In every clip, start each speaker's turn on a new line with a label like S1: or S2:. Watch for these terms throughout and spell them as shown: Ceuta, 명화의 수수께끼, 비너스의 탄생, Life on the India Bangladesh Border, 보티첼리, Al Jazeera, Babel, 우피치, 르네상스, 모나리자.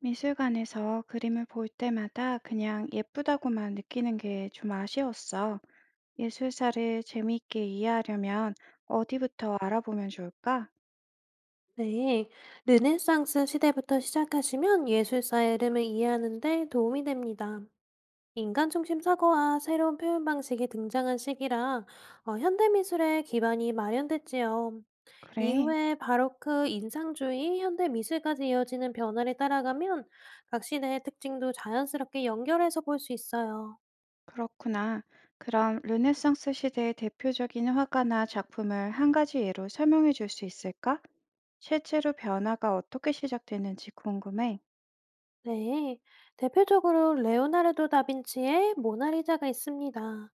S1: 미술관에서 그림을 볼 때마다 그냥 예쁘다고만 느끼는 게 좀 아쉬웠어. 예술사를 재미있게 이해하려면 어디부터 알아보면 좋을까?
S2: 네, 르네상스 시대부터 시작하시면 예술사의 흐름을 이해하는 데 도움이 됩니다. 인간 중심 사고와 새로운 표현 방식이 등장한 시기라 현대 미술의 기반이 마련됐지요.
S1: 그래,
S2: 이후에 바로크, 인상주의, 현대 미술까지 이어지는 변화를 따라가면 각 시대의 특징도 자연스럽게 연결해서 볼 수 있어요.
S1: 그렇구나. 그럼 르네상스 시대의 대표적인 화가나 작품을 한 가지 예로 설명해 줄 수 있을까? 실제로 변화가 어떻게 시작됐는지 궁금해.
S2: 네, 대표적으로 레오나르도 다빈치의 모나리자가 있습니다.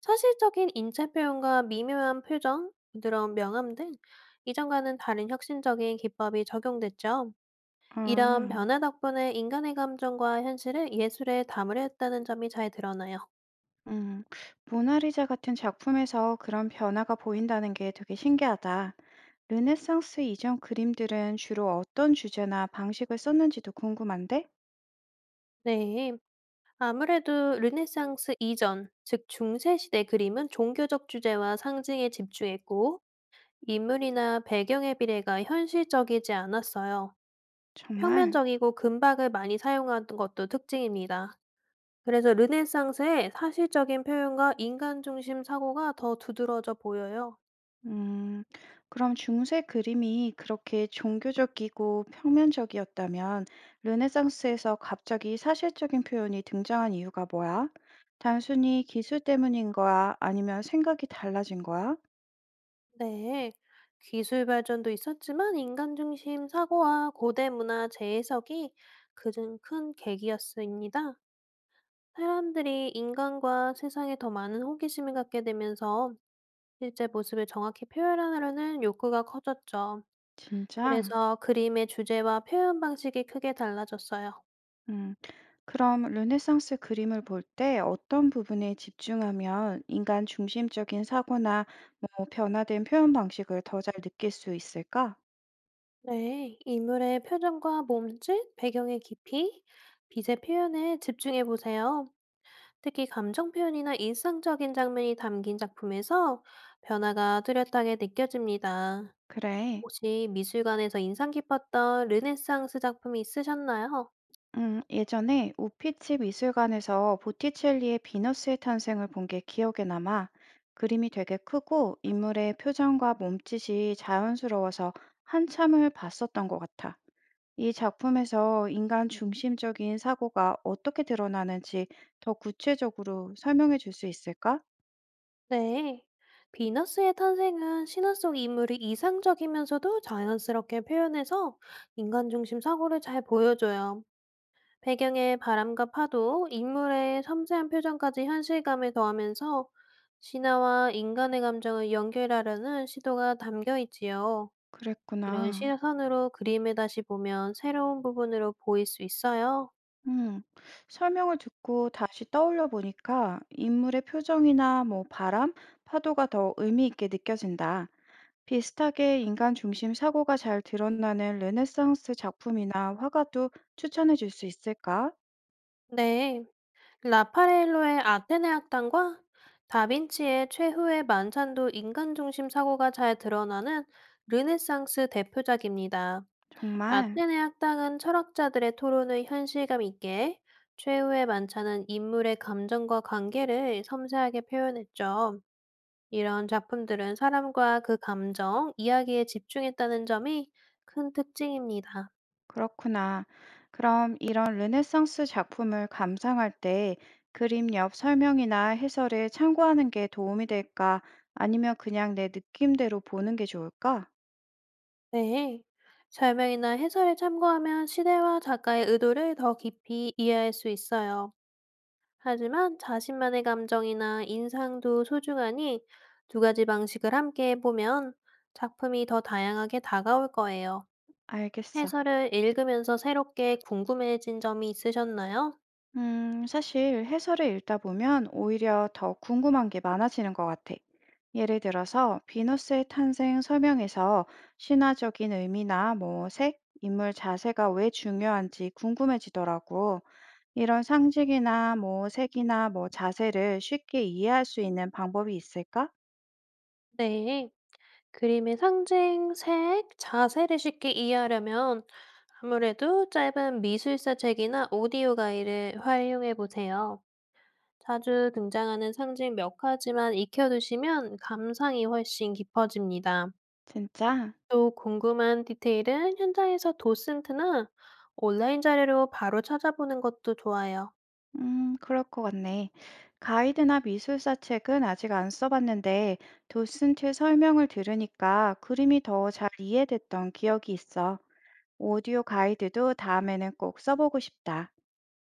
S2: 사실적인 인체 표현과 미묘한 표정, 부드러운 명암 등 이전과는 다른 혁신적인 기법이 적용됐죠. 이런
S1: 아,
S2: 변화 덕분에 인간의 감정과 현실을 예술에 담으려 했다는 점이 잘 드러나요.
S1: 음, 모나리자 같은 작품에서 그런 변화가 보인다는 게 되게 신기하다. 르네상스 이전 그림들은 주로 어떤 주제나 방식을 썼는지도 궁금한데?
S2: 네. 아무래도 르네상스 이전, 즉 중세시대 그림은 종교적 주제와 상징에 집중했고, 인물이나 배경의 비례가 현실적이지 않았어요.
S1: 정말?
S2: 평면적이고 금박을 많이 사용한 것도 특징입니다. 그래서 르네상스의 사실적인 표현과 인간 중심 사고가 더 두드러져 보여요.
S1: 음, 그럼 중세 그림이 그렇게 종교적이고 평면적이었다면 르네상스에서 갑자기 사실적인 표현이 등장한 이유가 뭐야? 단순히 기술 때문인 거야? 아니면 생각이 달라진 거야?
S2: 네. 기술 발전도 있었지만 인간 중심 사고와 고대 문화 재해석이 그중 큰 계기였습니다. 사람들이 인간과 세상에 더 많은 호기심을 갖게 되면서 실제 모습을 정확히 표현하려는 욕구가 커졌죠.
S1: 진짜?
S2: 그래서 그림의 주제와 표현 방식이 크게 달라졌어요.
S1: 음, 그럼 르네상스 그림을 볼 때 어떤 부분에 집중하면 인간 중심적인 사고나 뭐 변화된 표현 방식을 더 잘 느낄 수 있을까?
S2: 네, 인물의 표정과 몸짓, 배경의 깊이, 빛의 표현에 집중해 보세요. 특히 감정 표현이나 일상적인 장면이 담긴 작품에서 변화가 뚜렷하게 느껴집니다.
S1: 그래.
S2: 혹시 미술관에서 인상 깊었던 르네상스 작품이 있으셨나요?
S1: 예전에 우피치 미술관에서 보티첼리의 비너스의 탄생을 본 게 기억에 남아. 그림이 되게 크고 인물의 표정과 몸짓이 자연스러워서 한참을 봤었던 것 같아. 이 작품에서 인간 중심적인 사고가 어떻게 드러나는지 더 구체적으로 설명해 줄 수 있을까?
S2: 네. 비너스의 탄생은 신화 속 인물이 이상적이면서도 자연스럽게 표현해서 인간 중심 사고를 잘 보여줘요. 배경의 바람과 파도, 인물의 섬세한 표정까지 현실감을 더하면서 신화와 인간의 감정을 연결하려는 시도가 담겨 있지요. 이런
S1: 그랬구나.
S2: 시선으로 그림을 다시 보면 새로운 부분으로 보일 수 있어요.
S1: 음, 설명을 듣고 다시 떠올려 보니까 인물의 표정이나 뭐 바람, 파도가 더 의미 있게 느껴진다. 비슷하게 인간 중심 사고가 잘 드러나는 르네상스 작품이나 화가도 추천해 줄 수 있을까?
S2: 네, 라파렐로의 아테네 학당과 다빈치의 최후의 만찬도 인간 중심 사고가 잘 드러나는 르네상스 대표작입니다.
S1: 정말.
S2: 아테네 학당은 철학자들의 토론을 현실감 있게, 최후의 만찬은 인물의 감정과 관계를 섬세하게 표현했죠. 이런 작품들은 사람과 그 감정, 이야기에 집중했다는 점이 큰 특징입니다.
S1: 그렇구나. 그럼 이런 르네상스 작품을 감상할 때 그림 옆 설명이나 해설을 참고하는 게 도움이 될까? 아니면 그냥 내 느낌대로 보는 게 좋을까?
S2: 네. 설명이나 해설에 참고하면 시대와 작가의 의도를 더 깊이 이해할 수 있어요. 하지만 자신만의 감정이나 인상도 소중하니 두 가지 방식을 함께 해보면 작품이 더 다양하게 다가올 거예요.
S1: 알겠어.
S2: 해설을 읽으면서 새롭게 궁금해진 점이 있으셨나요?
S1: 사실 해설을 읽다 보면 오히려 더 궁금한 게 많아지는 것 같아. 예를 들어서 비너스의 탄생 설명에서 신화적인 의미나 뭐 색, 인물 자세가 왜 중요한지 궁금해지더라고. 이런 상징이나 뭐 색이나 뭐 자세를 쉽게 이해할 수 있는 방법이 있을까?
S2: 네. 그림의 상징, 색, 자세를 쉽게 이해하려면 아무래도 짧은 미술사 책이나 오디오 가이드를 활용해 보세요. 자주 등장하는 상징 몇 가지만 익혀두시면 감상이 훨씬 깊어집니다.
S1: 진짜?
S2: 또 궁금한 디테일은 현장에서 도슨트나 온라인 자료로 바로 찾아보는 것도 좋아요.
S1: 그럴 것 같네. 가이드나 미술사 책은 아직 안 써봤는데, 도슨트 설명을 들으니까 그림이 더 잘 이해됐던 기억이 있어. 오디오 가이드도 다음에는 꼭 써보고 싶다.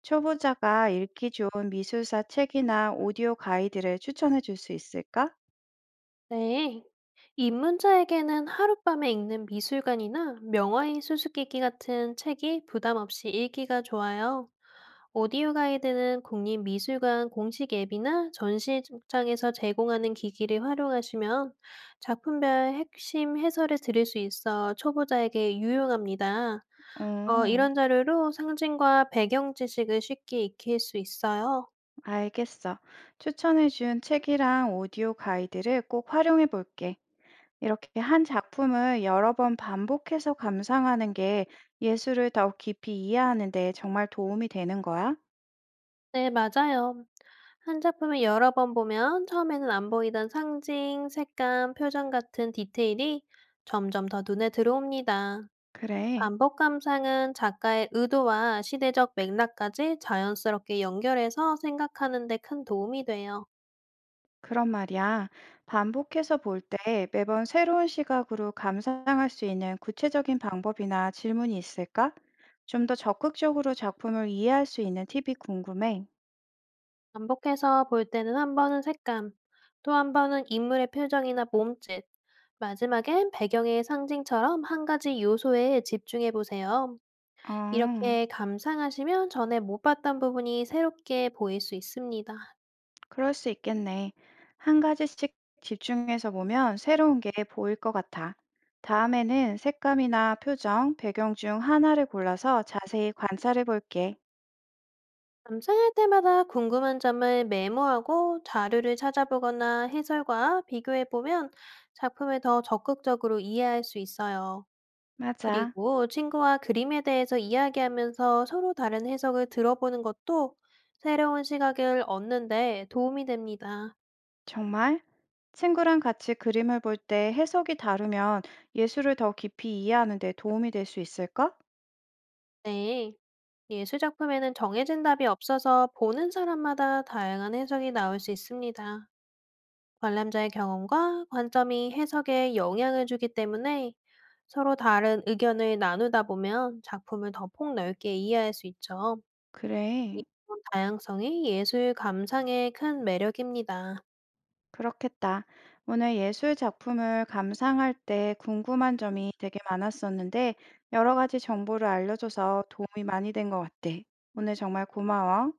S1: 초보자가 읽기 좋은 미술사 책이나 오디오 가이드를 추천해 줄 수 있을까?
S2: 네. 입문자에게는 하룻밤에 읽는 미술관이나 명화의 수수께끼 같은 책이 부담 없이 읽기가 좋아요. 오디오 가이드는 국립미술관 공식 앱이나 전시장에서 제공하는 기기를 활용하시면 작품별 핵심 해설을 들을 수 있어 초보자에게 유용합니다.
S1: 어.
S2: 이런 자료로 상징과 배경 지식을 쉽게 익힐 수 있어요.
S1: 알겠어. 추천해준 책이랑 오디오 가이드를 꼭 활용해 볼게. 이렇게 한 작품을 여러 번 반복해서 감상하는 게 예술을 더 깊이 이해하는 데 정말 도움이 되는 거야?
S2: 네, 맞아요. 한 작품을 여러 번 보면 처음에는 안 보이던 상징, 색감, 표정 같은 디테일이 점점 더 눈에 들어옵니다.
S1: 그래.
S2: 반복 감상은 작가의 의도와 시대적 맥락까지 자연스럽게 연결해서 생각하는 데 큰 도움이 돼요.
S1: 그런 말이야. 반복해서 볼 때 매번 새로운 시각으로 감상할 수 있는 구체적인 방법이나 질문이 있을까? 좀 더 적극적으로 작품을 이해할 수 있는 팁이 궁금해.
S2: 반복해서 볼 때는 한 번은 색감, 또 한 번은 인물의 표정이나 몸짓, 마지막엔 배경의 상징처럼 한 가지 요소에 집중해 보세요.
S1: 어.
S2: 이렇게 감상하시면 전에 못 봤던 부분이 새롭게 보일 수 있습니다.
S1: 그럴 수 있겠네. 한 가지씩 집중해서 보면 새로운 게 보일 것 같아. 다음에는 색감이나 표정, 배경 중 하나를 골라서 자세히 관찰해 볼게.
S2: 감상할 때마다 궁금한 점을 메모하고 자료를 찾아보거나 해설과 비교해 보면 작품을 더 적극적으로 이해할 수 있어요.
S1: 맞아.
S2: 그리고 친구와 그림에 대해서 이야기하면서 서로 다른 해석을 들어보는 것도 새로운 시각을 얻는데 도움이 됩니다.
S1: 정말? 친구랑 같이 그림을 볼 때 해석이 다르면 예술을 더 깊이 이해하는 데 도움이 될 수 있을까?
S2: 네. 예술 작품에는 정해진 답이 없어서 보는 사람마다 다양한 해석이 나올 수 있습니다. 관람자의 경험과 관점이 해석에 영향을 주기 때문에 서로 다른 의견을 나누다 보면 작품을 더 폭넓게 이해할 수 있죠.
S1: 그래.
S2: 이런 다양성이 예술 감상의 큰 매력입니다.
S1: 그렇겠다. 오늘 예술 작품을 감상할 때 궁금한 점이 되게 많았었는데, 여러 가지 정보를 알려줘서 도움이 많이 된 것 같아. 오늘 정말 고마워.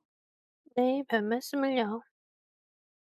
S2: 네, 별 말씀을요.